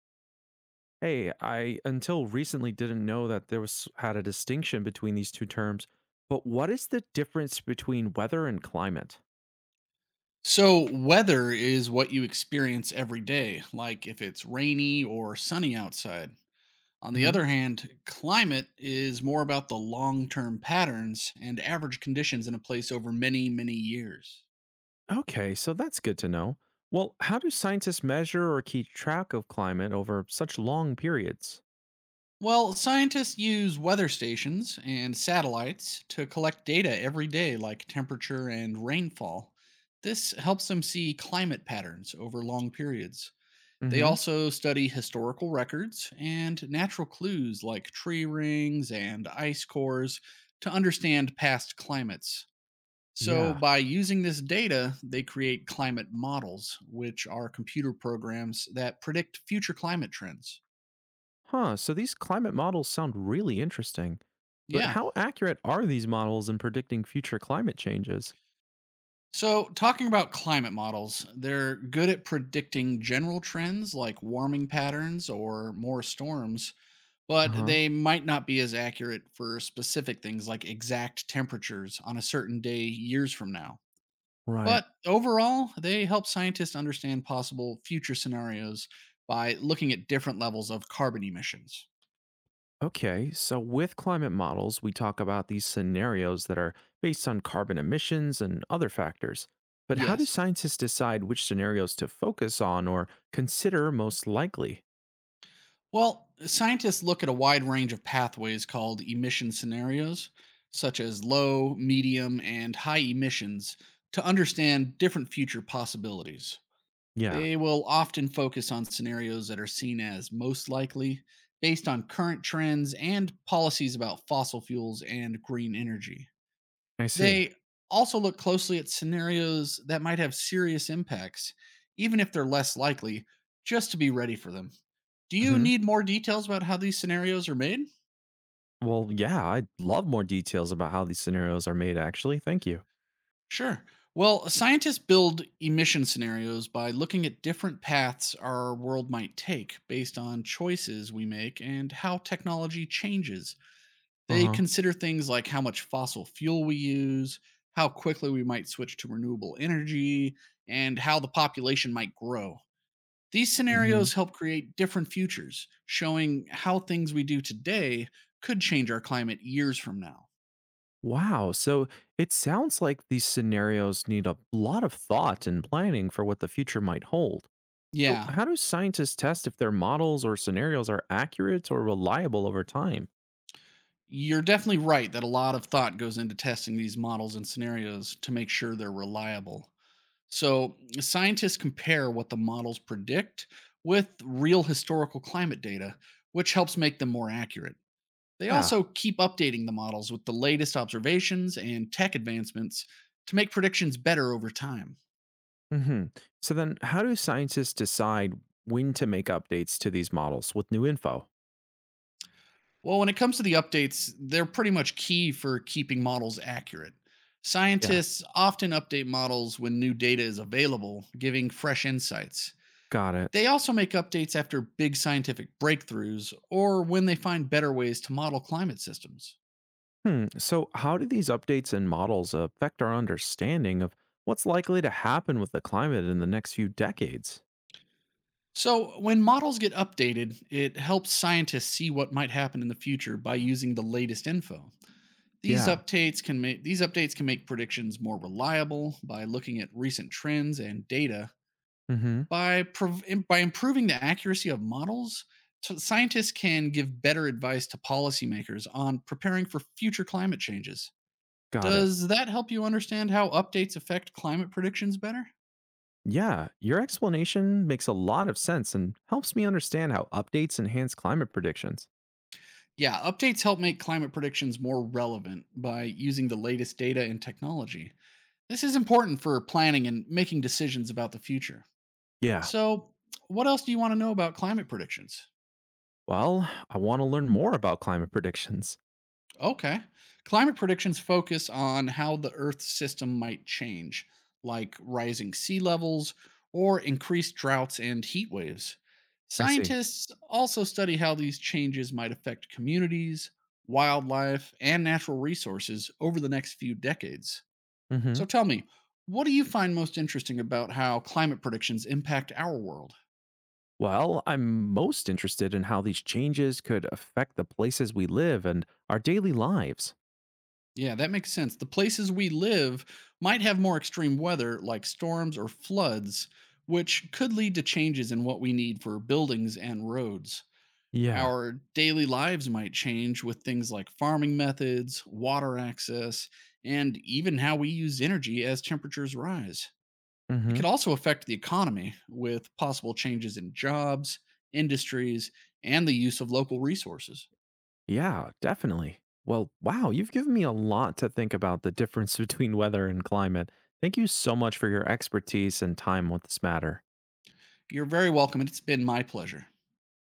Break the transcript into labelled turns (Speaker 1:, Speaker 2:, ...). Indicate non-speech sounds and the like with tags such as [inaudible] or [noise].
Speaker 1: Hey, I until recently didn't know that there was had a distinction between these two terms, but what is the difference between weather and climate?
Speaker 2: So, weather is what you experience every day, like if it's rainy or sunny outside. On the
Speaker 1: Hmm.
Speaker 2: other hand, climate is more about the long term patterns and average conditions in a place over many, many years.
Speaker 1: Okay, so that's good to know. Well, how do scientists measure or keep track of climate over such long periods?
Speaker 2: Well, scientists use weather stations and satellites to collect data every day, like temperature and rainfall. This helps them see climate patterns over long periods. They
Speaker 1: Hmm.
Speaker 2: also study historical records and natural clues like tree rings and ice cores to understand past climates. So,
Speaker 1: Yeah.
Speaker 2: by using this data, they create climate models, which are computer programs that predict future climate trends.
Speaker 1: Huh, so these climate models sound really interesting. But
Speaker 2: Yeah.
Speaker 1: how accurate are these models in predicting future climate changes?
Speaker 2: So, talking about climate models, they're good at predicting general trends like warming patterns or more storms, but
Speaker 1: Uh-huh.
Speaker 2: they might not be as accurate for specific things like exact temperatures on a certain day years from now.
Speaker 1: Right.
Speaker 2: But overall, they help scientists understand possible future scenarios by looking at different levels of carbon emissions.
Speaker 1: Okay, so with climate models, we talk about these scenarios that are based on carbon emissions and other factors. But how do
Speaker 2: Yes.
Speaker 1: scientists decide which scenarios to focus on or consider most likely?
Speaker 2: Well, scientists look at a wide range of pathways called emission scenarios, such as low, medium, and high emissions, to understand different future possibilities.
Speaker 1: Yeah,
Speaker 2: They will often focus on scenarios that are seen as most likely based on current trends and policies about fossil fuels and green energy.
Speaker 1: I see.
Speaker 2: They also look closely at scenarios that might have serious impacts, even if they're less likely, just to be ready for them. Do you
Speaker 1: Hmm.
Speaker 2: need more details about how these scenarios are made?
Speaker 1: Well, yeah, I'd love more details about how these scenarios are made, actually. Thank you.
Speaker 2: Sure. Well, scientists build emission scenarios by looking at different paths our world might take based on choices we make and how technology changes.
Speaker 1: Uh
Speaker 2: They
Speaker 1: huh.
Speaker 2: consider things like how much fossil fuel we use, how quickly we might switch to renewable energy, and how the population might grow. These scenarios
Speaker 1: Hmm.
Speaker 2: help create different futures, showing how things we do today could change our climate years from now.
Speaker 1: Wow, so it sounds like these scenarios need a lot of thought and planning for what the future might hold. So,
Speaker 2: Yeah.
Speaker 1: how do scientists test if their models or scenarios are accurate or reliable over time?
Speaker 2: You're definitely right that a lot of thought goes into testing these models and scenarios to make sure they're reliable. So, scientists compare what the models predict with real historical climate data, which helps make them more accurate. They
Speaker 1: Yeah.
Speaker 2: also keep updating the models with the latest observations and tech advancements to make predictions better over time.
Speaker 1: Hmm. So, then how do scientists decide when to make updates to these models with new info?
Speaker 2: Well, when it comes to the updates, they're pretty much key for keeping models accurate.
Speaker 1: Yeah,
Speaker 2: Scientists often update models when new data is available, giving fresh insights.
Speaker 1: got it.
Speaker 2: They also make updates after big scientific breakthroughs or when they find better ways to model climate systems.
Speaker 1: Hmm. So, how do these updates and models affect our understanding of what's likely to happen with the climate in the next few decades?
Speaker 2: So, when models get updated, it helps scientists see what might happen in the future by using the latest info. These
Speaker 1: Yeah.
Speaker 2: updates can make these updates can make predictions more reliable by looking at recent trends and data
Speaker 1: Hmm.
Speaker 2: by improving the accuracy of models so scientists can give better advice to policymakers on preparing for future climate changes.
Speaker 1: Got it.
Speaker 2: Does that help you understand how updates affect climate predictions better?
Speaker 1: Yeah, your explanation makes a lot of sense and helps me understand how updates enhance climate predictions.
Speaker 2: Yeah, updates help make climate predictions more relevant by using the latest data and technology. This is important for planning and making decisions about the future.
Speaker 1: Yeah.
Speaker 2: So what else do you want to know about climate predictions?
Speaker 1: Well, I want to learn more about climate predictions.
Speaker 2: Okay. Climate predictions focus on how the Earth's system might change, like rising sea levels or increased droughts and heat waves.
Speaker 1: I see.
Speaker 2: Scientists also study how these changes might affect communities, wildlife, and natural resources over the next few decades.
Speaker 1: Hmm.
Speaker 2: So tell me, what do you find most interesting about how climate predictions impact our world?
Speaker 1: Well, I'm most interested in how these changes could affect the places we live and our daily lives.
Speaker 2: Yeah, that makes sense. The places we live might have more extreme weather, like storms or floods, which could lead to changes in what we need for buildings and roads.
Speaker 1: Yeah.
Speaker 2: Our daily lives might change with things like farming methods, water access, and even how we use energy as temperatures rise. It
Speaker 1: Hmm.
Speaker 2: could also affect the economy with possible changes in jobs, industries, and the use of local resources.
Speaker 1: Yeah, definitely. Well, wow, you've given me a lot to think about the difference [laughs] between weather and climate. Thank you so much for your expertise and time with this matter.
Speaker 2: You're very welcome, and it's been my pleasure.